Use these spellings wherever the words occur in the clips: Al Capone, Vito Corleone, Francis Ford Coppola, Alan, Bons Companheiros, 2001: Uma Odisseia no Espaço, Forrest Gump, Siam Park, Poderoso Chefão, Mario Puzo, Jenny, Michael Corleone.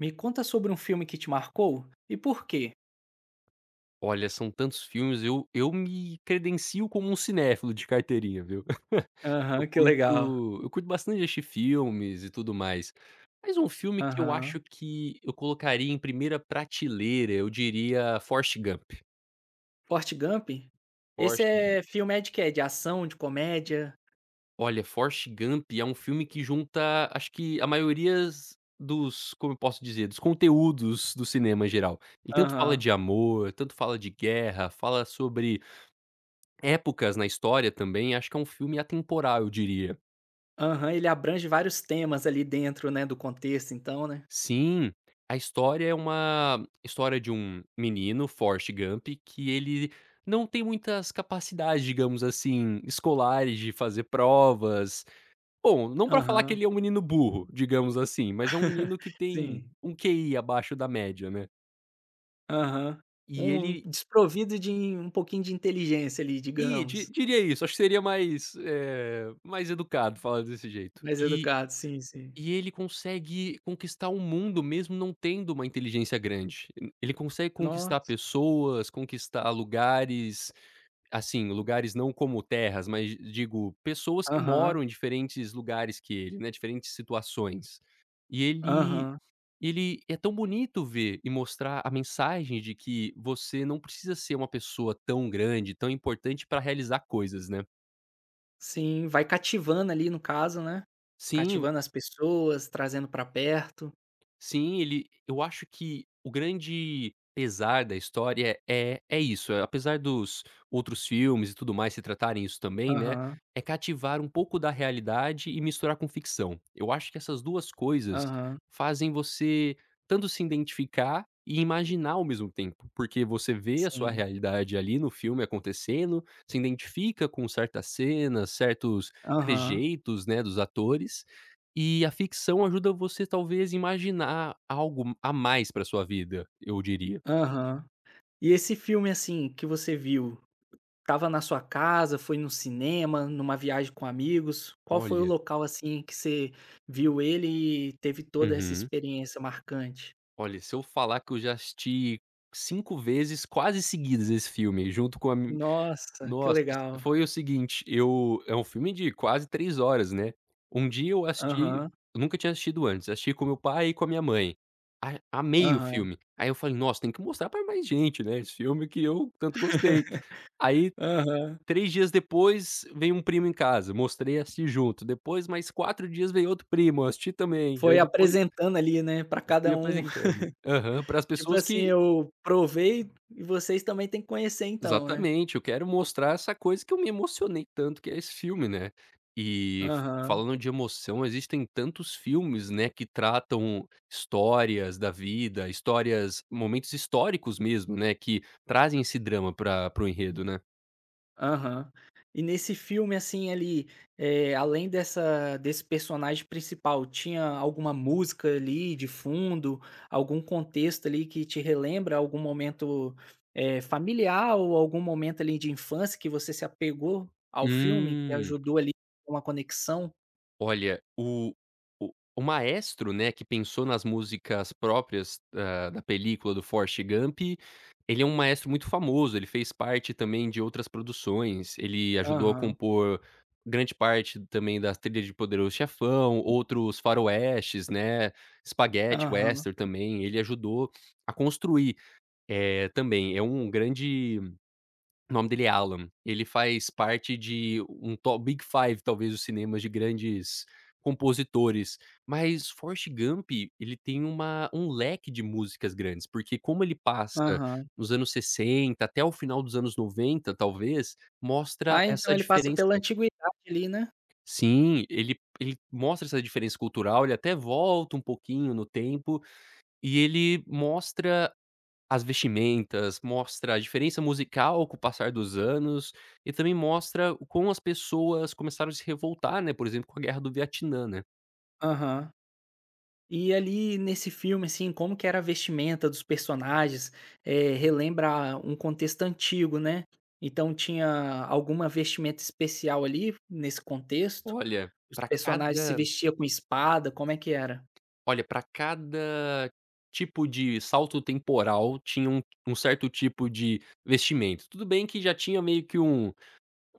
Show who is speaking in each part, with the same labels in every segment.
Speaker 1: Me conta sobre um filme que te marcou e por quê?
Speaker 2: Olha, são tantos filmes, eu me credencio como um cinéfilo de carteirinha, viu. Eu
Speaker 1: Aham, que legal.
Speaker 2: curto eu curto bastante assistir filmes e tudo mais, mas um filme que eu
Speaker 1: Aham.
Speaker 2: acho que eu colocaria em primeira prateleira, eu diria Forrest Gump.
Speaker 1: Forrest Gump? Esse
Speaker 2: Forrest Gump.
Speaker 1: é filme é de quê? De ação, de comédia?
Speaker 2: Olha, Forrest Gump é um filme que junta, acho que a maiorias dos, como eu posso dizer, dos conteúdos do cinema em geral. E tanto fala
Speaker 1: Aham.
Speaker 2: de amor, tanto fala de guerra, fala sobre épocas na história também, acho que é um filme atemporal, eu diria.
Speaker 1: Aham, ele abrange vários temas ali dentro, né, do contexto então, né?
Speaker 2: Sim, a história é uma história de um menino, Forrest Gump, que ele não tem muitas capacidades, digamos assim, escolares de fazer provas. Bom, não pra falar que
Speaker 1: Aham.
Speaker 2: ele é um menino burro, digamos assim, mas é um menino que tem
Speaker 1: Sim.
Speaker 2: um QI abaixo da média, né.
Speaker 1: Aham.
Speaker 2: E
Speaker 1: Um
Speaker 2: ele
Speaker 1: desprovido de um pouquinho de inteligência ali,
Speaker 2: e di
Speaker 1: digamos.
Speaker 2: diria isso, acho que seria mais, mais educado falar desse jeito.
Speaker 1: Mais
Speaker 2: E
Speaker 1: educado, sim, sim.
Speaker 2: E ele consegue conquistar o mundo mesmo não tendo uma inteligência grande. Ele consegue conquistar
Speaker 1: Nossa.
Speaker 2: pessoas, conquistar lugares, assim, lugares não como terras, mas digo, pessoas que
Speaker 1: Aham,
Speaker 2: moram em diferentes lugares que ele, né, diferentes situações. E ele
Speaker 1: aham.
Speaker 2: ele é tão bonito ver e mostrar a mensagem de que você não precisa ser uma pessoa tão grande, tão importante para realizar coisas, né.
Speaker 1: Sim, vai cativando ali no caso, né.
Speaker 2: Sim,
Speaker 1: Cativando as pessoas, trazendo pra perto.
Speaker 2: sim, ele eu acho que o grande pesar da história é isso, apesar dos outros filmes e tudo mais se tratarem isso também, né,
Speaker 1: Aham,
Speaker 2: é cativar um pouco da realidade e misturar com ficção. Eu acho que essas 2 coisas
Speaker 1: aham,
Speaker 2: fazem você tanto se identificar e imaginar ao mesmo tempo, porque você vê a sua
Speaker 1: sim.
Speaker 2: realidade ali no filme acontecendo, se identifica com certas cenas, certos
Speaker 1: Aham,
Speaker 2: trejeitos, né, dos atores, e a ficção ajuda você talvez imaginar algo a mais pra sua vida, eu diria.
Speaker 1: aham. E esse filme, assim, que você viu, estava na sua casa, foi no cinema, numa viagem com amigos? Qual foi o
Speaker 2: Olha,
Speaker 1: local, assim, que você viu ele e teve toda essa
Speaker 2: uhum.
Speaker 1: experiência marcante?
Speaker 2: Olha, se eu falar que eu já assisti 5 vezes quase seguidas esse filme, junto com a mi
Speaker 1: Nossa, que
Speaker 2: nossa,
Speaker 1: legal.
Speaker 2: foi o seguinte, eu é um filme de quase 3 horas, né. Um dia eu assisti
Speaker 1: Aham,
Speaker 2: Eu nunca tinha assistido antes, assisti com meu pai e com a minha mãe. A amei o
Speaker 1: aham,
Speaker 2: filme. Aí eu falei: "Nossa, tem que mostrar pra mais gente, né, esse filme que eu tanto gostei". Aí,
Speaker 1: aham.
Speaker 2: 3 dias depois veio um primo em casa, mostrei, assisti junto, depois mais 4 dias veio outro primo, assisti também, e aí
Speaker 1: Foi
Speaker 2: depois
Speaker 1: apresentando ali, né, pra
Speaker 2: eu fui
Speaker 1: cada um.
Speaker 2: apresentando. Aham, para as
Speaker 1: Tipo
Speaker 2: pessoas
Speaker 1: assim,
Speaker 2: que,
Speaker 1: eu provei e vocês também têm que conhecer então, né?
Speaker 2: exatamente, eu quero mostrar essa coisa que eu me emocionei tanto que é esse filme, né. E,
Speaker 1: Aham,
Speaker 2: falando de emoção, existem tantos filmes, né, que tratam histórias da vida, histórias, momentos históricos mesmo, né, que trazem esse drama para o enredo, né.
Speaker 1: aham. E nesse filme, assim, ali, além dessa desse personagem principal, tinha alguma música ali de fundo, algum contexto ali que te relembra algum momento, familiar ou algum momento ali de infância que você se apegou ao filme, que
Speaker 2: Hum.
Speaker 1: ajudou ali uma conexão?
Speaker 2: Olha, o o maestro, né, que pensou nas músicas próprias, da película do Forrest Gump, ele é um maestro muito famoso, ele fez parte também de outras produções, ele ajudou a
Speaker 1: Aham,
Speaker 2: compor grande parte também da trilha de Poderoso Chefão, outros faroestes, né, spaghetti
Speaker 1: aham,
Speaker 2: western também, ele ajudou a construir, também. É um grande, o nome dele é Alan. Ele faz parte de um top Big Five, talvez, dos cinemas de grandes compositores. Mas Forrest Gump, ele tem uma, um leque de músicas grandes, porque como ele passa
Speaker 1: aham.
Speaker 2: nos anos 60 até o final dos anos 90, talvez, mostra
Speaker 1: Ah,
Speaker 2: essa
Speaker 1: então ele passa
Speaker 2: diferença.
Speaker 1: pela antiguidade ali, né?
Speaker 2: Sim, ele ele mostra essa diferença cultural, ele até volta um pouquinho no tempo, e ele mostra as vestimentas, mostra a diferença musical com o passar dos anos e também mostra o como as pessoas começaram a se revoltar, né, por exemplo, com a guerra do Vietnã, né.
Speaker 1: Aham. E ali nesse filme, assim, como que era a vestimenta dos personagens, relembra um contexto antigo, né. Então tinha alguma vestimenta especial ali, nesse contexto?
Speaker 2: Olha,
Speaker 1: Os
Speaker 2: pra
Speaker 1: personagens se
Speaker 2: cada
Speaker 1: vestiam com espada, como é que era?
Speaker 2: pra cada tipo de salto temporal tinha um certo tipo de vestimento. Tudo bem que já tinha meio que um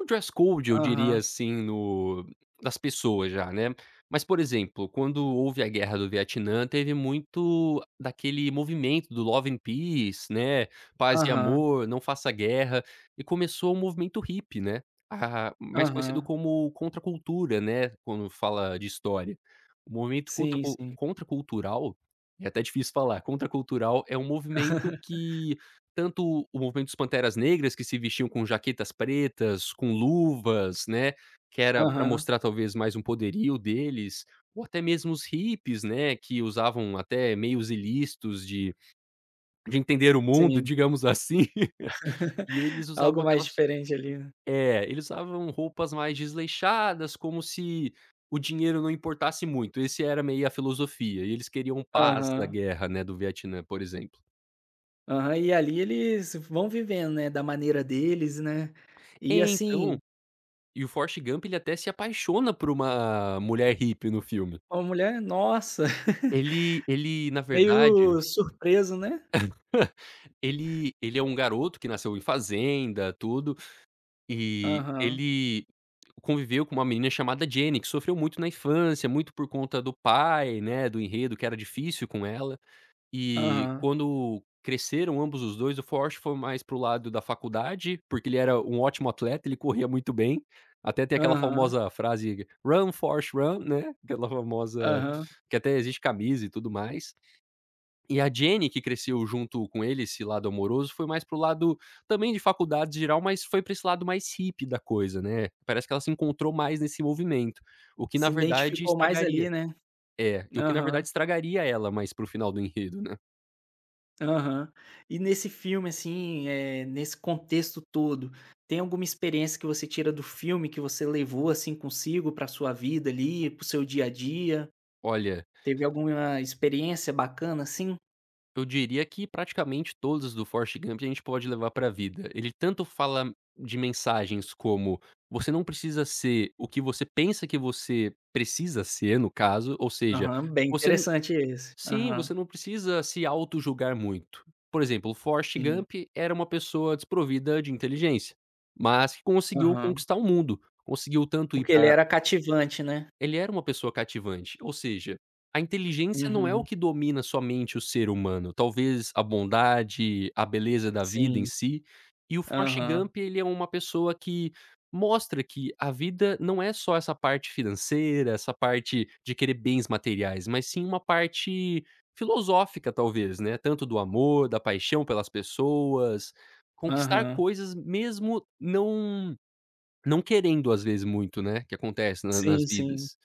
Speaker 2: Um dress code, eu diria
Speaker 1: Aham,
Speaker 2: assim, no, das pessoas já, né. Mas, por exemplo, quando houve a guerra do Vietnã, teve muito daquele movimento do Love and Peace, né, paz e
Speaker 1: aham,
Speaker 2: amor, não faça guerra, e começou o movimento hippie, né, a mais conhecido
Speaker 1: aham.
Speaker 2: como contracultura, né, quando fala de história. O movimento
Speaker 1: Sim, sim.
Speaker 2: contracultural, é até difícil falar, contracultural é um movimento que, tanto o movimento dos Panteras Negras, que se vestiam com jaquetas pretas, com luvas, né, que era pra
Speaker 1: Aham,
Speaker 2: mostrar talvez mais um poderio deles, ou até mesmo os hippies, né, que usavam até meios ilícitos de entender o mundo,
Speaker 1: sim.
Speaker 2: digamos assim, e eles usavam
Speaker 1: Algo mais
Speaker 2: aquelas,
Speaker 1: diferente ali, né.
Speaker 2: é, eles usavam roupas mais desleixadas, como se o dinheiro não importasse muito, esse era meio a filosofia, e eles queriam paz da
Speaker 1: Aham,
Speaker 2: guerra, né, do Vietnã, por exemplo.
Speaker 1: aham. E ali eles vão vivendo, né, da maneira deles, né. E
Speaker 2: Então
Speaker 1: assim,
Speaker 2: e o Forrest Gump, ele até se apaixona por uma mulher hippie no filme.
Speaker 1: uma mulher nossa!
Speaker 2: Ele ele na verdade,
Speaker 1: Meio surpreso, né.
Speaker 2: ele ele é um garoto que nasceu em fazenda, tudo, e
Speaker 1: Aham,
Speaker 2: ele conviveu com uma menina chamada Jenny, que sofreu muito na infância, muito por conta do pai, né, do enredo que era difícil com ela. E
Speaker 1: aham,
Speaker 2: quando cresceram ambos os 2, o Forte foi mais pro lado da faculdade, porque ele era um ótimo atleta, ele corria muito bem, até tem aquela
Speaker 1: aham,
Speaker 2: famosa frase "Run, Forte, run", né, aquela famosa
Speaker 1: aham.
Speaker 2: que até existe camisa e tudo mais. E a Jenny, que cresceu junto com ele, esse lado amoroso, foi mais pro lado também de faculdade geral, mas foi para esse lado mais hippie da coisa, né. Parece que ela se encontrou mais nesse movimento, o que na
Speaker 1: Se
Speaker 2: verdade
Speaker 1: identificou mais
Speaker 2: estragaria,
Speaker 1: ali, né.
Speaker 2: é, e o que na verdade
Speaker 1: Aham,
Speaker 2: estragaria ela mais para o final do enredo, né.
Speaker 1: aham. E nesse filme, assim, nesse contexto todo, tem alguma experiência que você tira do filme que você levou, assim, consigo pra sua vida ali, para o seu dia a dia?
Speaker 2: Olha,
Speaker 1: Teve alguma experiência bacana, assim?
Speaker 2: eu diria que praticamente todos do Forrest Gump a gente pode levar para a vida. Ele tanto fala de mensagens como: "Você não precisa ser o que você pensa que você precisa ser", no caso, ou seja,
Speaker 1: Aham, bem
Speaker 2: você não
Speaker 1: interessante esse.
Speaker 2: sim,
Speaker 1: Aham,
Speaker 2: você não precisa se auto julgar muito. Por exemplo, o Forrest
Speaker 1: sim,
Speaker 2: Gump era uma pessoa desprovida de inteligência, mas que conseguiu
Speaker 1: aham.
Speaker 2: conquistar o mundo, conseguiu tanto ir
Speaker 1: Porque ele
Speaker 2: para,
Speaker 1: era cativante, né.
Speaker 2: ele era uma pessoa cativante, ou seja, a inteligência não é o
Speaker 1: Uhum,
Speaker 2: que domina somente o ser humano, talvez a bondade, a beleza da vida em
Speaker 1: sim.
Speaker 2: si, e o Forrest
Speaker 1: Aham,
Speaker 2: Gump ele é uma pessoa que mostra que a vida não é só essa parte financeira, essa parte de querer bens materiais, mas sim uma parte filosófica talvez, né, tanto do amor, da paixão pelas pessoas, conquistar
Speaker 1: aham.
Speaker 2: coisas mesmo não querendo às vezes muito, né, que acontece na nas
Speaker 1: Sim, sim.
Speaker 2: vidas.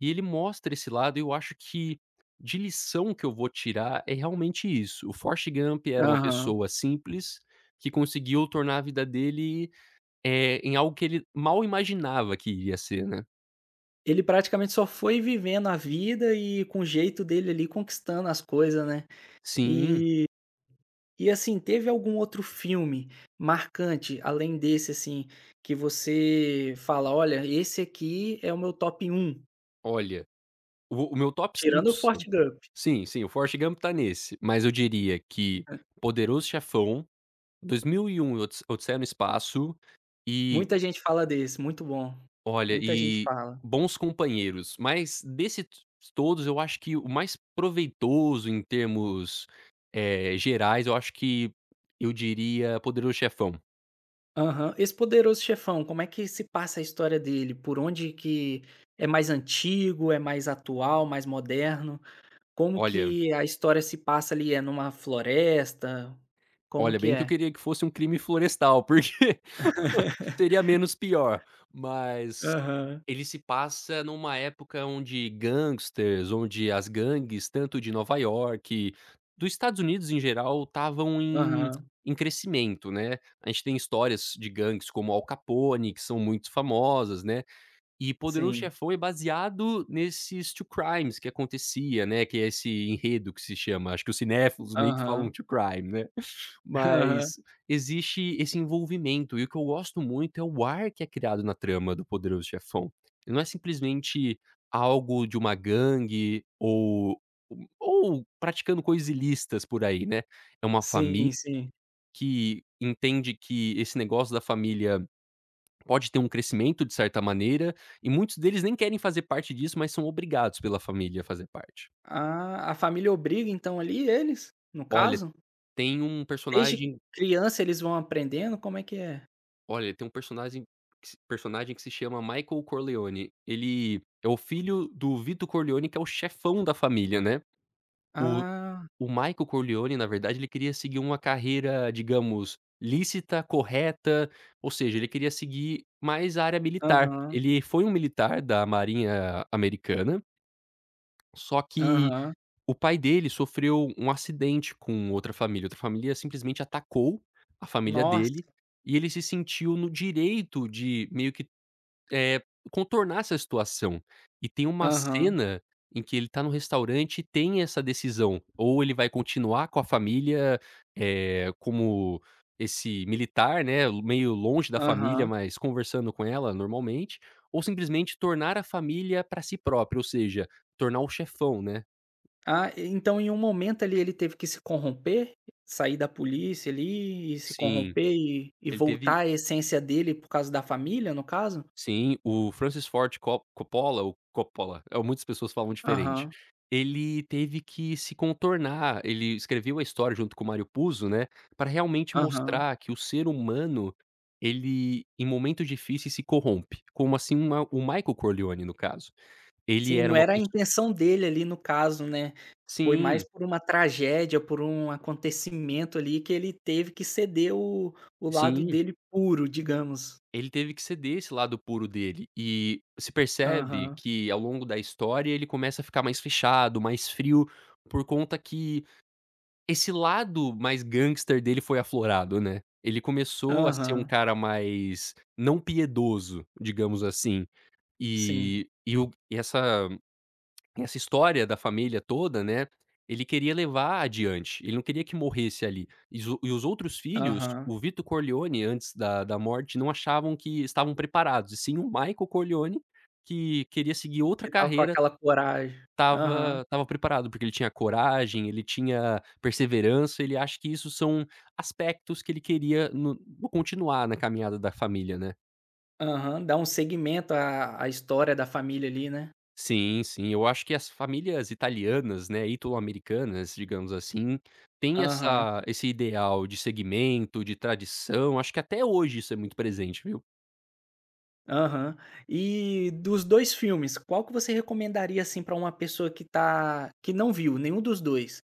Speaker 2: E ele mostra esse lado e eu acho que, de lição que eu vou tirar, é realmente isso. O Forrest Gump era uma
Speaker 1: Aham.
Speaker 2: pessoa simples, que conseguiu tornar a vida dele, em algo que ele mal imaginava que iria ser, né.
Speaker 1: Ele praticamente só foi vivendo a vida e com o jeito dele ali conquistando as coisas, né.
Speaker 2: Sim,
Speaker 1: E e assim, teve algum outro filme marcante, além desse, assim, que você fala: "Olha, esse aqui é o meu top um,
Speaker 2: olha, o meu top 5
Speaker 1: tirando o Fort
Speaker 2: são,
Speaker 1: Gump.
Speaker 2: sim, sim, o Forrest Gump tá nesse, mas eu diria que Poderoso Chefão, 2001 e Odisseia no Espaço e,
Speaker 1: Muita gente fala desse, muito bom.
Speaker 2: olha,
Speaker 1: Muita gente
Speaker 2: e
Speaker 1: fala.
Speaker 2: bons companheiros, mas desses todos eu acho que o mais proveitoso em termos, gerais, eu acho que eu diria Poderoso Chefão.
Speaker 1: Aham. Esse Poderoso Chefão, como é que se passa a história dele? Por onde que é mais antigo, é mais atual, mais moderno? Como
Speaker 2: Olha
Speaker 1: que a história se passa ali, é numa floresta? Como
Speaker 2: olha,
Speaker 1: que
Speaker 2: bem que eu
Speaker 1: é?
Speaker 2: queria que fosse um crime florestal, porque seria menos pior, mas
Speaker 1: Aham,
Speaker 2: ele se passa numa época onde gangsters, onde as gangues, tanto de Nova York, dos Estados Unidos em geral, estavam em
Speaker 1: aham,
Speaker 2: em crescimento, né. A gente tem histórias de gangues como Al Capone, que são muito famosas, né, e Poderoso
Speaker 1: sim,
Speaker 2: Chefão é baseado nesses true crimes que acontecia, né, que é esse enredo que se chama, acho que os cinéfilos meio que
Speaker 1: aham,
Speaker 2: falam true crime, né.
Speaker 1: aham,
Speaker 2: Mas existe esse envolvimento, e o que eu gosto muito é o ar que é criado na trama do Poderoso Chefão. Ele não é simplesmente algo de uma gangue ou praticando coisas ilícitas por aí, né. É uma família
Speaker 1: sim, sim.
Speaker 2: que entende que esse negócio da família pode ter um crescimento de certa maneira, e muitos deles nem querem fazer parte disso, mas são obrigados pela família a fazer parte.
Speaker 1: Ah, a família obriga então ali eles, no
Speaker 2: Olha,
Speaker 1: caso?
Speaker 2: tem um
Speaker 1: Desde
Speaker 2: personagem
Speaker 1: criança eles vão aprendendo, como é que é?
Speaker 2: Olha, tem um personagem que se chama Michael Corleone. Ele é o filho do Vito Corleone, que é o chefão da família, né. O
Speaker 1: Ah,
Speaker 2: o Michael Corleone, na verdade, ele queria seguir uma carreira, digamos, lícita, correta, ou seja, ele queria seguir mais a área militar.
Speaker 1: aham,
Speaker 2: Ele foi um militar da marinha americana, só que
Speaker 1: aham,
Speaker 2: o pai dele sofreu um acidente com outra família. Outra família simplesmente atacou a família
Speaker 1: nossa,
Speaker 2: dele, e ele se sentiu no direito de meio que, eh, contornar essa situação. E tem uma
Speaker 1: aham,
Speaker 2: cena em que ele tá no restaurante e tem essa decisão, ou ele vai continuar com a família, como esse militar, né, meio longe da família,
Speaker 1: aham.
Speaker 2: mas conversando com ela normalmente, ou simplesmente tornar a família pra si próprio, ou seja, tornar o chefão, né.
Speaker 1: Ah, então em um momento ali ele teve que se corromper? Sair da polícia ali e se
Speaker 2: Sim,
Speaker 1: corromper e
Speaker 2: ele teve
Speaker 1: voltar à essência dele por causa da família, no caso?
Speaker 2: sim, o Francis Ford Co Coppola ou Coppola, muitas pessoas falam diferente.
Speaker 1: Aham,
Speaker 2: Ele teve que se contornar, ele escreveu a história junto com o Mario Puzo, né, para realmente
Speaker 1: aham.
Speaker 2: mostrar que o ser humano, ele em momentos difíceis se corrompe, como assim uma, o Michael Corleone no caso. Ele
Speaker 1: Sim,
Speaker 2: era
Speaker 1: não
Speaker 2: uma
Speaker 1: era a
Speaker 2: pesso
Speaker 1: intenção dele ali no caso, né, foi mais
Speaker 2: sim,
Speaker 1: por uma tragédia, por um acontecimento ali que ele teve que ceder o lado
Speaker 2: sim,
Speaker 1: dele puro, digamos.
Speaker 2: ele teve que ceder esse lado puro dele e se percebe
Speaker 1: Aham,
Speaker 2: que ao longo da história ele começa a ficar mais fechado, mais frio, por conta que, esse lado mais gangster dele foi aflorado, né. Ele começou a ser um
Speaker 1: aham,
Speaker 2: cara mais não piedoso, digamos assim.
Speaker 1: sim,
Speaker 2: E essa essa história da família toda, né, ele queria levar adiante, ele não queria que morresse ali. E os outros filhos,
Speaker 1: aham.
Speaker 2: o Vito Corleone antes da morte, não achavam que estavam preparados, e sim o Michael Corleone, que queria seguir outra
Speaker 1: Que tava com
Speaker 2: carreira,
Speaker 1: aquela coragem. Aham.
Speaker 2: tava preparado, porque ele tinha coragem, ele tinha perseverança, ele acha que isso são aspectos que ele queria no continuar na caminhada da família, né.
Speaker 1: Aham, dá um segmento à história da família ali, né.
Speaker 2: Sim, sim, eu acho que as famílias italianas, né, italo-americanas, digamos assim, têm
Speaker 1: Aham,
Speaker 2: essa, esse ideal de segmento, de tradição, acho que até hoje isso é muito presente, viu.
Speaker 1: aham. E dos 2 filmes, qual que você recomendaria, assim, para uma pessoa que tá que não viu nenhum dos 2,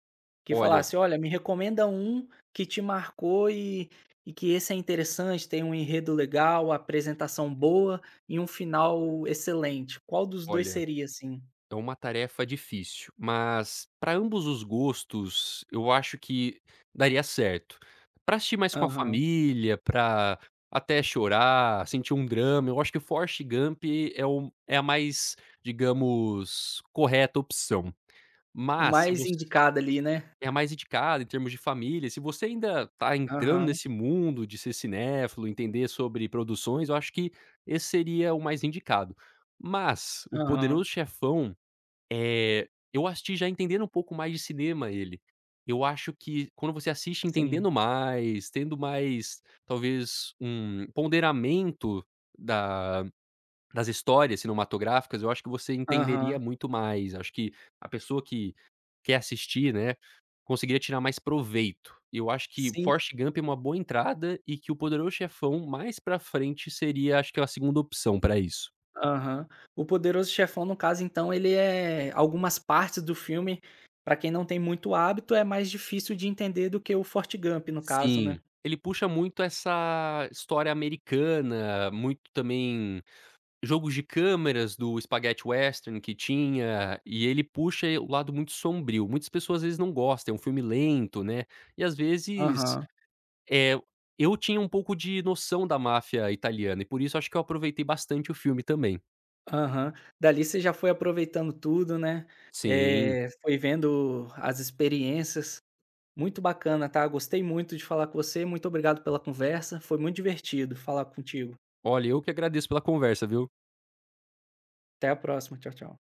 Speaker 1: que
Speaker 2: Olha,
Speaker 1: falasse: "Olha, me recomenda um que te marcou e que esse é interessante, tem um enredo legal, apresentação boa e um final excelente". Qual dos dois
Speaker 2: olha,
Speaker 1: seria, assim?
Speaker 2: é uma tarefa difícil, mas para ambos os gostos, eu acho que daria certo. Pra assistir mais com a
Speaker 1: Aham.
Speaker 2: família, pra até chorar, sentir um drama, eu acho que Forrest Gump é o é a mais, digamos, correta opção.
Speaker 1: O
Speaker 2: Mas se
Speaker 1: mais
Speaker 2: você,
Speaker 1: indicado ali, né.
Speaker 2: é a mais indicada em termos de família, se você ainda tá entrando
Speaker 1: Aham,
Speaker 2: nesse mundo de ser cinéfilo, entender sobre produções, eu acho que esse seria o mais indicado. Mas O
Speaker 1: aham.
Speaker 2: Poderoso Chefão, eu assisti já entendendo um pouco mais de cinema ele. Eu acho que quando você assiste
Speaker 1: Sim.
Speaker 2: entendendo mais, tendo mais, talvez, um ponderamento da, das histórias cinematográficas, eu acho que você entenderia
Speaker 1: Aham.
Speaker 2: muito mais. Acho que a pessoa que quer assistir, né, conseguiria tirar mais proveito. Eu acho que
Speaker 1: Sim.
Speaker 2: Forrest Gump é uma boa entrada e que O Poderoso Chefão mais pra frente seria, acho que a segunda opção pra isso.
Speaker 1: Aham. O Poderoso Chefão, no caso, então, ele é algumas partes do filme, pra quem não tem muito hábito, é mais difícil de entender do que o Forte Gump, no caso,
Speaker 2: Sim,
Speaker 1: né.
Speaker 2: ele puxa muito essa história americana, muito também jogos de câmeras do Spaghetti Western que tinha, e ele puxa o lado muito sombrio. Muitas pessoas às vezes não gostam, é um filme lento, né, e às vezes,
Speaker 1: Aham,
Speaker 2: é, eu tinha um pouco de noção da máfia italiana e por isso acho que eu aproveitei bastante o filme também.
Speaker 1: aham. Dali você já foi aproveitando tudo, né,
Speaker 2: Sim.
Speaker 1: foi vendo as experiências. Muito bacana, tá, gostei muito de falar com você, muito obrigado pela conversa, foi muito divertido falar contigo.
Speaker 2: Olha, eu que agradeço pela conversa, viu.
Speaker 1: Até a próxima, tchau, tchau.